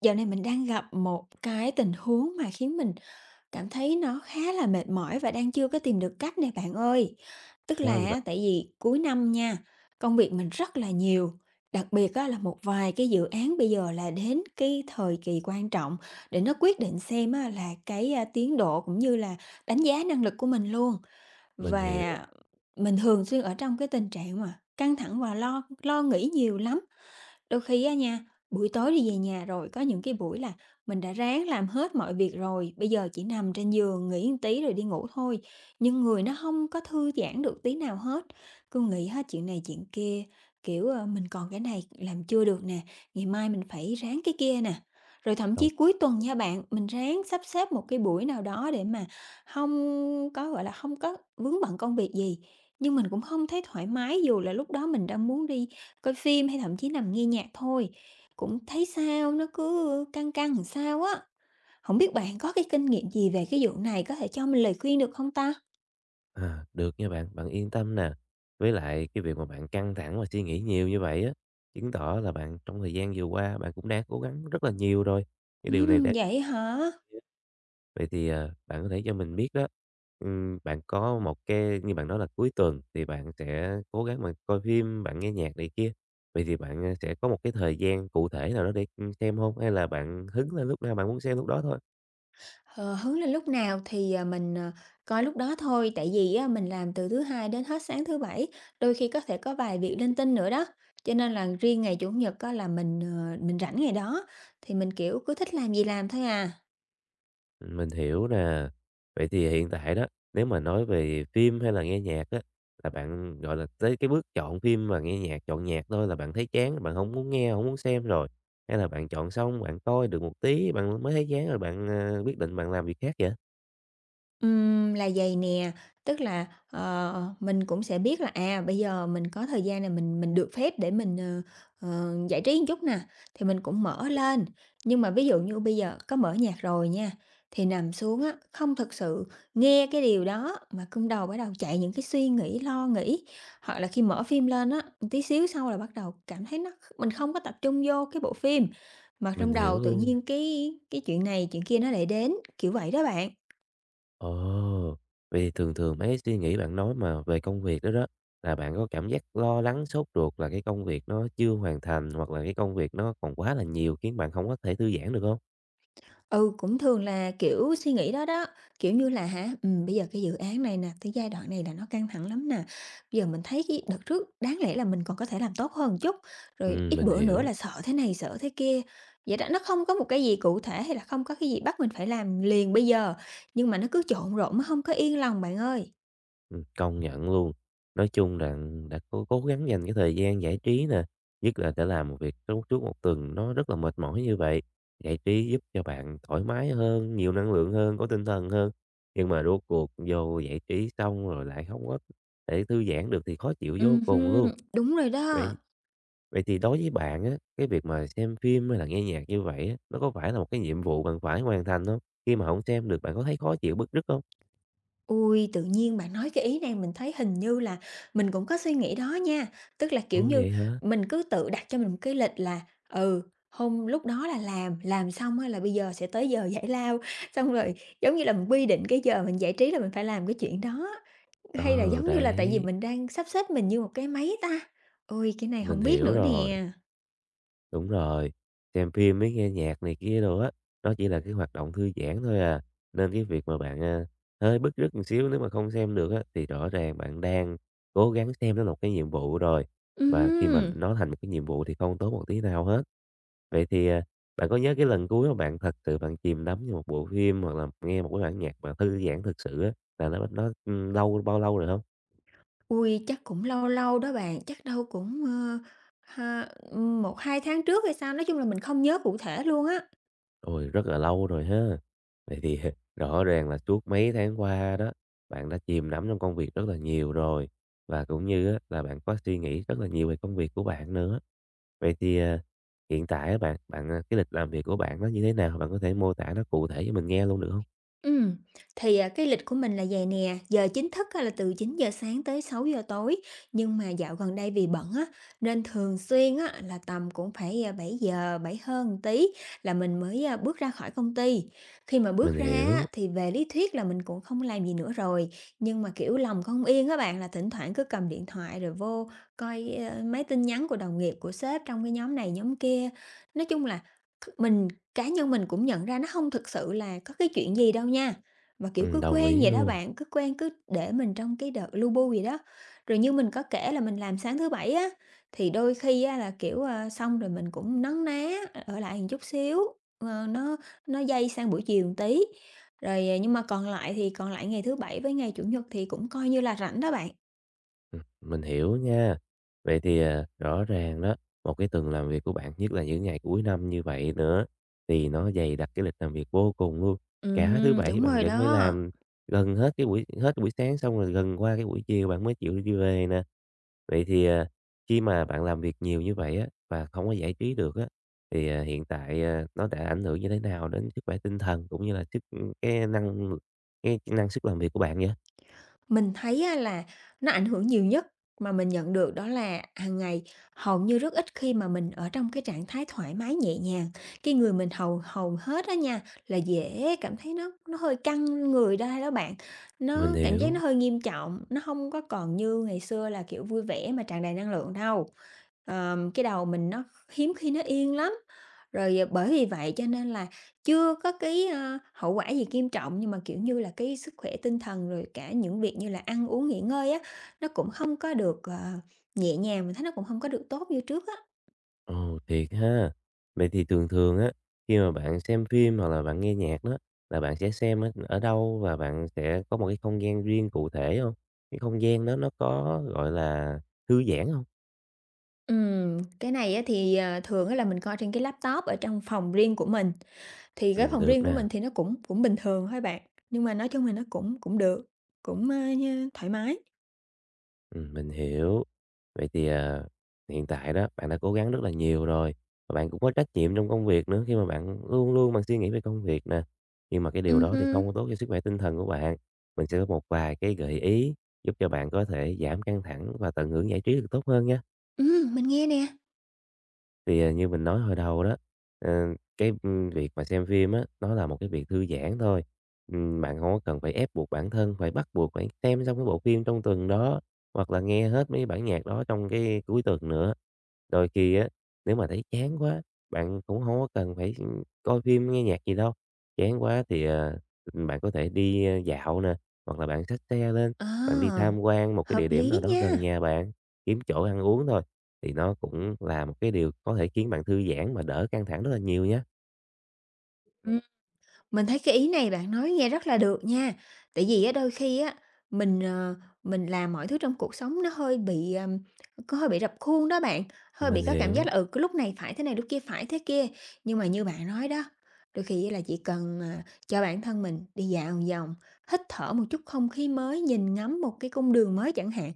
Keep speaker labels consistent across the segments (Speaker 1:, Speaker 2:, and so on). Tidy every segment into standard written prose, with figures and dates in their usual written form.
Speaker 1: Dạo này mình đang gặp một cái tình huống mà khiến mình cảm thấy nó khá là mệt mỏi và đang chưa có tìm được cách này bạn ơi. Tức
Speaker 2: Sao
Speaker 1: là
Speaker 2: vậy bạn?
Speaker 1: á, tại vì cuối năm nha, công việc mình rất là nhiều, đặc biệt á, là một vài cái dự án bây giờ là đến cái thời kỳ quan trọng để nó quyết định xem á, là cái tiến độ cũng như là đánh giá năng lực của mình luôn.
Speaker 2: Mình hiểu,
Speaker 1: Và mình thường xuyên ở trong cái tình trạng mà căng thẳng và lo lo nghĩ nhiều lắm. Đôi khi á nha, buổi tối đi về nhà rồi có những cái buổi là mình đã ráng làm hết mọi việc rồi, bây giờ chỉ nằm trên giường nghỉ một tí rồi đi ngủ thôi, nhưng người nó không có thư giãn được tí nào hết, cứ nghĩ hết chuyện này chuyện kia, kiểu, mình còn cái này làm chưa được nè, ngày mai mình phải ráng cái kia nè. Rồi thậm
Speaker 2: không
Speaker 1: chí cuối tuần nha bạn, mình ráng sắp xếp một cái buổi nào đó để mà không có, gọi là, không có vướng bận công việc gì, nhưng mình cũng không thấy thoải mái dù là lúc đó mình đang muốn đi coi phim hay thậm chí nằm nghe nhạc thôi, cũng thấy sao nó cứ căng căng làm sao á. Không biết bạn có cái kinh nghiệm gì về cái vụ này có thể cho mình lời khuyên được không ta?
Speaker 2: à, được nha bạn, bạn yên tâm nè. Với lại cái việc mà bạn căng thẳng và suy nghĩ nhiều như vậy á, chứng tỏ là bạn trong thời gian vừa qua bạn cũng đã cố gắng rất là nhiều rồi. Cái điều này đang
Speaker 1: Vậy hả?
Speaker 2: Vậy thì, bạn có thể cho mình biết đó, bạn có một cái như bạn nói là cuối tuần thì bạn sẽ cố gắng bạn coi phim, bạn nghe nhạc này kia, vậy thì bạn, sẽ có một cái thời gian cụ thể nào đó để, xem không? Hay là bạn hứng lên lúc nào bạn muốn xem lúc đó thôi?
Speaker 1: Ờ, hứng lên lúc nào thì mình coi lúc đó thôi, tại vì á mình làm từ thứ Hai đến hết sáng thứ Bảy, đôi khi có thể có vài việc linh tinh nữa đó. Cho nên là riêng ngày Chủ nhật á là mình rảnh ngày đó, thì mình, kiểu, cứ thích làm gì làm thôi à.
Speaker 2: Mình hiểu nè. Vậy thì hiện tại đó, nếu mà nói về phim hay là nghe nhạc á, là bạn, gọi là, tới cái bước chọn phim và nghe nhạc, chọn nhạc thôi là bạn thấy chán, bạn không muốn nghe, không muốn xem rồi? Hay là bạn chọn xong, bạn coi được một tí, bạn mới thấy chán rồi bạn, quyết định bạn làm việc khác vậy?
Speaker 1: Là vầy nè, tức là, mình cũng sẽ biết là bây giờ mình có thời gian này mình được phép để mình, giải trí một chút nè, thì mình cũng mở lên. Nhưng mà ví dụ như bây giờ có mở nhạc rồi nha, thì nằm xuống á, không thực sự nghe cái điều đó mà trong đầu bắt đầu chạy những cái suy nghĩ, lo nghĩ. Hoặc là khi mở phim lên á, một tí xíu sau là bắt đầu cảm thấy nó mình không có tập trung vô cái bộ phim, mà trong
Speaker 2: Mình
Speaker 1: đầu
Speaker 2: hiểu
Speaker 1: tự
Speaker 2: luôn.
Speaker 1: nhiên cái chuyện này chuyện kia nó lại đến, kiểu vậy đó bạn.
Speaker 2: Ồ, vậy thì thường thường mấy suy nghĩ bạn nói mà về công việc đó đó, là bạn có cảm giác lo lắng, sốt ruột là cái công việc nó chưa hoàn thành, hoặc là cái công việc nó còn quá là nhiều khiến bạn không có thể thư giãn được không?
Speaker 1: Ừ, cũng thường là, kiểu, suy nghĩ đó đó, kiểu như là hả, bây giờ cái dự án này nè, tới giai đoạn này là nó căng thẳng lắm nè, bây giờ mình thấy cái đợt trước đáng lẽ là mình còn có thể làm tốt hơn chút, rồi ít
Speaker 2: Mình
Speaker 1: bữa nữa
Speaker 2: hiểu.
Speaker 1: là sợ thế này, sợ thế kia. Vậy đó, nó không có một cái gì cụ thể hay là không có cái gì bắt mình phải làm liền bây giờ, nhưng mà nó cứ trộn rộn, nó không có yên lòng bạn ơi.
Speaker 2: Công nhận luôn. Nói chung rằng đã cố cố gắng dành cái thời gian giải trí nè, nhất là để làm một việc trong suốt một tuần nó rất là mệt mỏi như vậy. Giải trí giúp cho bạn thoải mái hơn, nhiều năng lượng hơn, có tinh thần hơn, nhưng mà rốt cuộc vô giải trí xong rồi lại không có để thư giãn được thì khó chịu vô cùng
Speaker 1: Hưm,
Speaker 2: luôn.
Speaker 1: đúng rồi đó.
Speaker 2: Vậy vậy thì đối với bạn á, cái việc mà xem phim hay là nghe nhạc như vậy á, nó có phải là một cái nhiệm vụ bạn phải hoàn thành không? Khi mà không xem được bạn có thấy khó chịu, bứt rứt không?
Speaker 1: Ui, tự nhiên bạn nói cái ý này mình thấy hình như là mình cũng có suy nghĩ đó nha. Tức là, kiểu
Speaker 2: Ồ,
Speaker 1: như,
Speaker 2: vậy hả?
Speaker 1: mình cứ tự đặt cho mình một cái lịch là, ừ, hôm lúc đó là làm xong á là bây giờ sẽ tới giờ giải lao, xong rồi, giống như là, mình quy định cái giờ mình giải trí là mình phải làm cái chuyện đó, hay là
Speaker 2: Ờ,
Speaker 1: giống như là tại vì
Speaker 2: đấy.
Speaker 1: mình đang sắp xếp mình như một cái máy ta? Ui, cái này
Speaker 2: Mình
Speaker 1: không biết
Speaker 2: hiểu
Speaker 1: nữa
Speaker 2: rồi,
Speaker 1: nè.
Speaker 2: đúng rồi. Xem phim với nghe nhạc này kia đồ á, nó chỉ là cái hoạt động thư giãn thôi à. Nên cái việc mà bạn, hơi bứt rứt một xíu nếu mà không xem được á, thì rõ ràng bạn đang cố gắng xem nó là một cái nhiệm vụ rồi. Và khi mà
Speaker 1: Ừm.
Speaker 2: nó thành một cái nhiệm vụ thì không tốt một tí nào hết. Vậy thì, bạn có nhớ cái lần cuối mà bạn thật sự bạn chìm đắm vào một bộ phim hoặc là nghe một cái bản nhạc mà thư giãn thực sự á, là nó, lâu bao lâu rồi không?
Speaker 1: Ui, chắc cũng lâu lâu đó bạn, chắc đâu cũng, 1 tháng trước hay sao, nói chung là mình không nhớ cụ thể luôn á.
Speaker 2: Ôi, rất là lâu rồi ha. Vậy thì rõ ràng là suốt mấy tháng qua đó, bạn đã chìm đắm trong công việc rất là nhiều rồi, và cũng như á là bạn có suy nghĩ rất là nhiều về công việc của bạn nữa. Vậy thì, hiện tại á bạn bạn, à cái lịch làm việc của bạn nó như thế nào? Bạn có thể mô tả nó cụ thể cho mình nghe luôn được không?
Speaker 1: Ừ thì cái lịch của mình là vầy nè, giờ chính thức á là từ 9 giờ sáng tới 6 giờ tối, nhưng mà dạo gần đây vì bận á, nên thường xuyên á là tầm cũng phải 7 giờ 7 hơn một tí là mình mới bước ra khỏi công ty. Khi mà bước
Speaker 2: Mình
Speaker 1: ra á
Speaker 2: hiểu,
Speaker 1: thì về lý thuyết là mình cũng không làm gì nữa rồi, nhưng mà, kiểu, lòng không yên các bạn, là thỉnh thoảng cứ cầm điện thoại rồi vô coi, mấy tin nhắn của đồng nghiệp, của sếp trong cái nhóm này nhóm kia. Nói chung là mình Cá nhân mình cũng nhận ra nó không thực sự là có cái chuyện gì đâu nha, mà, kiểu, cứ
Speaker 2: đồng
Speaker 1: quen
Speaker 2: ý
Speaker 1: vậy đó
Speaker 2: luôn.
Speaker 1: bạn, cứ quen cứ để mình trong cái đợt lu bu gì đó. Rồi như mình có kể là mình làm sáng thứ Bảy á, thì đôi khi á là, kiểu, xong rồi mình cũng nấn ná ở lại một chút xíu, ờ, nó nó dây sang buổi chiều một tí. Rồi, nhưng mà còn lại ngày thứ Bảy với ngày Chủ nhật thì cũng coi như là rảnh đó bạn.
Speaker 2: Mình hiểu nha. Vậy thì, rõ ràng đó, một cái tuần làm việc của bạn, nhất là những ngày cuối năm như vậy nữa, thì nó dày đặc cái lịch làm việc vô cùng luôn. Cả thứ
Speaker 1: Ừm,
Speaker 2: Bảy
Speaker 1: đúng
Speaker 2: bạn
Speaker 1: rồi
Speaker 2: vẫn phải
Speaker 1: đó.
Speaker 2: làm gần hết buổi sáng xong rồi gần qua cái buổi chiều bạn mới chịu đi về nè. Vậy thì, khi mà bạn làm việc nhiều như vậy á, và không có giải trí được á, thì, hiện tại, nó đã ảnh hưởng như thế nào đến sức khỏe tinh thần cũng như là sức cái năng cái năng sức làm việc của bạn vậy?
Speaker 1: Mình thấy á là nó ảnh hưởng nhiều nhất mà mình nhận được đó là hàng ngày hầu như rất ít khi mà mình ở trong cái trạng thái thoải mái nhẹ nhàng. Cái người mình hầu hầu hết á nha, là dễ cảm thấy nó hơi căng người ra đó bạn.
Speaker 2: Mình
Speaker 1: Nó cảm giác
Speaker 2: hiểu.
Speaker 1: nó hơi nghiêm trọng, nó không có còn như ngày xưa là, kiểu, vui vẻ mà tràn đầy năng lượng đâu. Cái đầu mình nó hiếm khi nó yên lắm, rồi bởi vì vậy cho nên là chưa có cái, hậu quả gì nghiêm trọng nhưng mà, kiểu như là, cái sức khỏe tinh thần rồi cả những việc như là ăn uống, nghỉ ngơi á, nó cũng không có được, nhẹ nhàng, mình thấy nó cũng không có được tốt như trước á.
Speaker 2: Ồ, thiệt ha. Vậy thì thường thường á, khi mà bạn xem phim hoặc là bạn nghe nhạc đó, là bạn sẽ xem ở ở đâu và bạn sẽ có một cái không gian riêng cụ thể không? Cái không gian đó nó có, gọi là, thư giãn không?
Speaker 1: Cái này á thì, thường á là mình coi trên cái laptop ở trong phòng riêng của mình, thì cái phòng
Speaker 2: Được
Speaker 1: riêng của
Speaker 2: nè.
Speaker 1: mình thì nó cũng cũng bình thường thôi bạn, nhưng mà nói chung là nó cũng cũng được, cũng, ơ, nh thoải mái.
Speaker 2: Mình hiểu. Vậy thì, hiện tại đó, bạn đã cố gắng rất là nhiều rồi, và bạn cũng có trách nhiệm trong công việc nữa khi mà bạn luôn luôn bạn suy nghĩ về công việc nè. Nhưng mà cái điều đó thì
Speaker 1: Hưm,
Speaker 2: không có tốt cho sức khỏe tinh thần của bạn. Mình sẽ có một vài cái gợi ý giúp cho bạn có thể giảm căng thẳng và tận hưởng giải trí được tốt hơn nha.
Speaker 1: mình nghe nè.
Speaker 2: Thì, như mình nói hồi đầu đó, ờ, cái, việc mà xem phim á, nó là một cái việc thư giãn thôi. Bạn không có cần phải ép buộc bản thân, phải bắt buộc phải xem xong cái bộ phim trong tuần đó, hoặc là nghe hết mấy bản nhạc đó trong cái cuối tuần nữa. Đôi khi á, nếu mà thấy chán quá, bạn cũng không có cần phải coi phim, nghe nhạc gì đâu. Chán quá thì, bạn có thể đi, dạo nè, hoặc là bạn xách xe lên, bạn đi
Speaker 1: Ờ,
Speaker 2: tham quan một cái
Speaker 1: hợp
Speaker 2: địa điểm
Speaker 1: lý
Speaker 2: nào đó gần
Speaker 1: nha.
Speaker 2: nhà bạn, kiếm chỗ ăn uống thôi thì nó cũng là một cái điều có thể khiến bạn thư giãn mà đỡ căng thẳng rất là nhiều nhá.
Speaker 1: Ừm, Mình thấy cái ý này bạn nói nghe rất là được nha. Tại vì á đôi khi á mình, ờ, mình làm mọi thứ trong cuộc sống nó có hơi bị rập khuôn đó bạn, hơi bị
Speaker 2: Mình
Speaker 1: có cảm giác
Speaker 2: hiểu,
Speaker 1: là, cái lúc này phải thế này, lúc kia phải thế kia. Nhưng mà như bạn nói đó, đôi khi là chỉ cần, cho bản thân mình đi dạo vòng, hít thở một chút không khí mới, nhìn ngắm một cái cung đường mới chẳng hạn.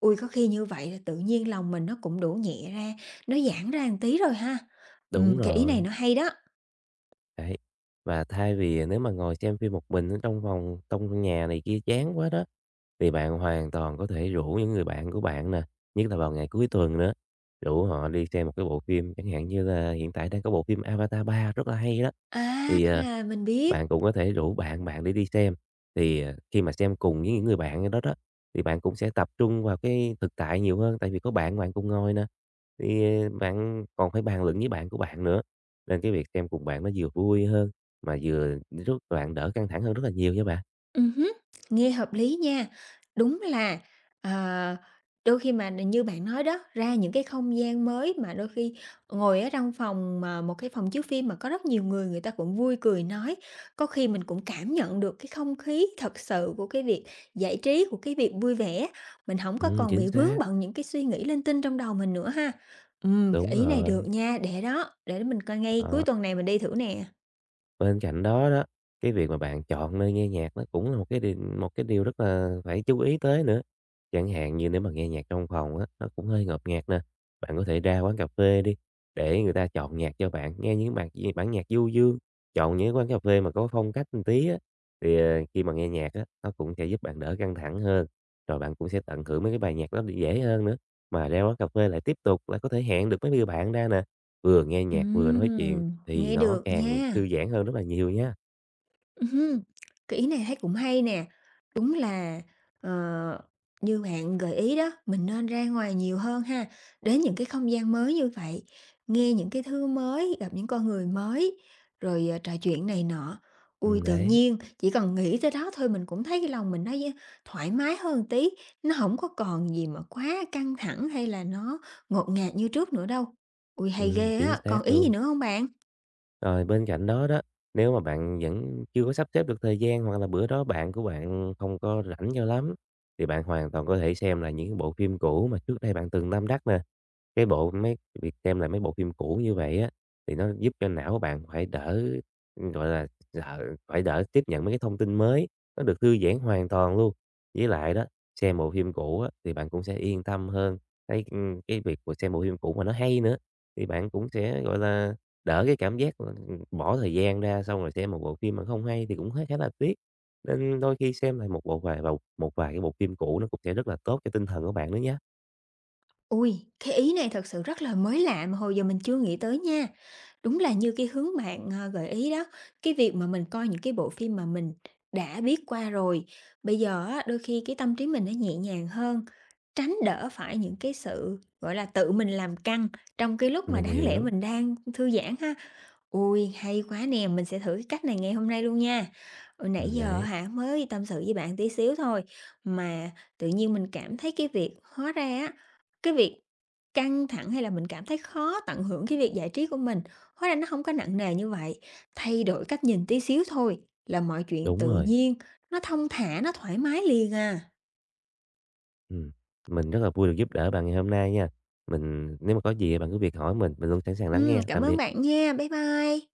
Speaker 1: Ui có khi như vậy là tự nhiên lòng mình nó cũng đổ nhẹ ra, nó giãn ra một tí rồi ha.
Speaker 2: đúng
Speaker 1: Cái ý này
Speaker 2: rồi,
Speaker 1: nó hay đó.
Speaker 2: đấy. Và thay vì nếu mà ngồi xem phim một mình ở trong phòng, trong nhà này kia chán quá đó, thì bạn hoàn toàn có thể rủ những người bạn của bạn nè, nhất là vào ngày cuối tuần nữa, rủ họ đi xem một cái bộ phim, chẳng hạn như là hiện tại đang có bộ phim Avatar 3 rất là hay đó. Thì,
Speaker 1: À, mình biết.
Speaker 2: bạn cũng có thể rủ bạn bạn để đi xem, thì, khi mà xem cùng với những người bạn đó đó, thì bạn cũng sẽ tập trung vào cái thực tại nhiều hơn, tại vì có bạn bạn cùng ngồi nè, thì, bạn còn phải bàn luận với bạn của bạn nữa, nên cái việc xem cùng bạn nó vừa vui hơn mà vừa giúp bạn đỡ căng thẳng hơn rất là nhiều nha bạn.
Speaker 1: Hứm, nghe hợp lý nha. Đúng là, ờ, đôi khi mà như bạn nói đó, ra những cái không gian mới mà đôi khi ngồi ở trong phòng mà một cái phòng chiếu phim mà có rất nhiều người người ta cũng vui cười nói, có khi mình cũng cảm nhận được cái không khí thật sự của cái việc giải trí, của cái việc vui vẻ, mình không có còn bị
Speaker 2: Chính
Speaker 1: vướng
Speaker 2: xác,
Speaker 1: bận những cái suy nghĩ linh tinh trong đầu mình nữa ha. Cái
Speaker 2: đúng
Speaker 1: ý này được
Speaker 2: rồi.
Speaker 1: nha, để đó, để mình coi ngay cuối
Speaker 2: Ờ,
Speaker 1: tuần này mình đi thử nè.
Speaker 2: bên cạnh đó đó, cái việc mà bạn chọn nơi nghe nhạc nó cũng là một cái điều rất là phải chú ý tới nữa. Chẳng hạn như nếu mà nghe nhạc trong phòng á, nó cũng hơi ngợp ngạt nè. Bạn có thể ra quán cà phê đi, để người ta chọn nhạc cho bạn, nghe những bản bản nhạc du dương, chọn những quán cà phê mà có phong cách một tí á, thì, khi mà nghe nhạc á, nó cũng sẽ giúp bạn đỡ căng thẳng hơn, rồi bạn cũng sẽ tận hưởng mấy cái bài nhạc đó dễ hơn nữa. Mà ra quán cà phê lại tiếp tục lại có thể hẹn được mấy người bạn ra nè, vừa nghe nhạc vừa nói chuyện, thì
Speaker 1: Nghe
Speaker 2: nó
Speaker 1: được
Speaker 2: càng
Speaker 1: nha.
Speaker 2: thư giãn hơn rất là nhiều nha.
Speaker 1: Ừm, cái ý này thấy cũng hay nè. Đúng là, ờ, như bạn gợi ý đó, mình nên ra ngoài nhiều hơn ha, đến những cái không gian mới như vậy, nghe những cái thứ mới, gặp những con người mới, rồi, trò chuyện này nọ. Ui tự
Speaker 2: Đấy,
Speaker 1: nhiên chỉ cần nghĩ tới đó thôi mình cũng thấy cái lòng mình nó dễ thoải mái hơn tí, nó không có còn gì mà quá căng thẳng hay là nó ngột ngạt như trước nữa đâu. Ui hay ghê
Speaker 2: chính
Speaker 1: á, còn
Speaker 2: xác
Speaker 1: ý gì
Speaker 2: luôn.
Speaker 1: nữa không bạn?
Speaker 2: Rồi bên cạnh đó đó, nếu mà bạn vẫn chưa có sắp xếp được thời gian hoặc là bữa đó bạn của bạn không có rảnh cho lắm, thì bạn hoàn toàn có thể xem là những cái bộ phim cũ mà trước đây bạn từng tâm đắc nè. Cái bộ mấy việc xem lại mấy bộ phim cũ như vậy á, thì nó giúp cho não bạn phải đỡ, gọi là, sợ phải đỡ tiếp nhận mấy cái thông tin mới, nó được thư giãn hoàn toàn luôn. Với lại đó, xem bộ phim cũ á, thì bạn cũng sẽ yên tâm hơn, thấy, cái việc của xem bộ phim cũ mà nó hay nữa, thì bạn cũng sẽ, gọi là, đỡ cái cảm giác, bỏ thời gian ra xong rồi xem một bộ phim mà không hay thì cũng khá khá là tiếc. Nên đôi khi xem lại một bộ vài một vài cái bộ phim cũ nó cũng sẽ rất là tốt cho tinh thần của bạn nữa nhé.
Speaker 1: Ui cái ý này thật sự rất là mới lạ mà hồi giờ mình chưa nghĩ tới nha. Đúng là như cái hướng bạn, gợi ý đó, cái việc mà mình coi những cái bộ phim mà mình đã biết qua rồi, bây giờ á, đôi khi cái tâm trí mình nó nhẹ nhàng hơn, tránh đỡ phải những cái sự, gọi là, tự mình làm căng trong cái lúc mà
Speaker 2: Mình
Speaker 1: đáng lẽ
Speaker 2: hiểu,
Speaker 1: mình đang thư giãn ha. Ui hay quá nè, mình sẽ thử cái cách này ngày hôm nay luôn nha. Ừ, nãy giờ
Speaker 2: đấy.
Speaker 1: hả mới tâm sự với bạn tí xíu thôi mà tự nhiên mình cảm thấy cái việc hóa ra á, cái việc căng thẳng hay là mình cảm thấy khó tận hưởng cái việc giải trí của mình, hóa ra nó không có nặng nề như vậy. Thay đổi cách nhìn tí xíu thôi là mọi chuyện
Speaker 2: Đúng
Speaker 1: tự
Speaker 2: rồi,
Speaker 1: nhiên, nó thong thả, nó thoải mái liền à.
Speaker 2: ừm. Mình rất là vui được giúp đỡ bạn ngày hôm nay nha. Mình nếu mà có gì bạn cứ việc hỏi mình luôn sẵn sàng lắng nghe.
Speaker 1: Cảm
Speaker 2: Tạm
Speaker 1: ơn
Speaker 2: biệt.
Speaker 1: bạn nha. Bye bye.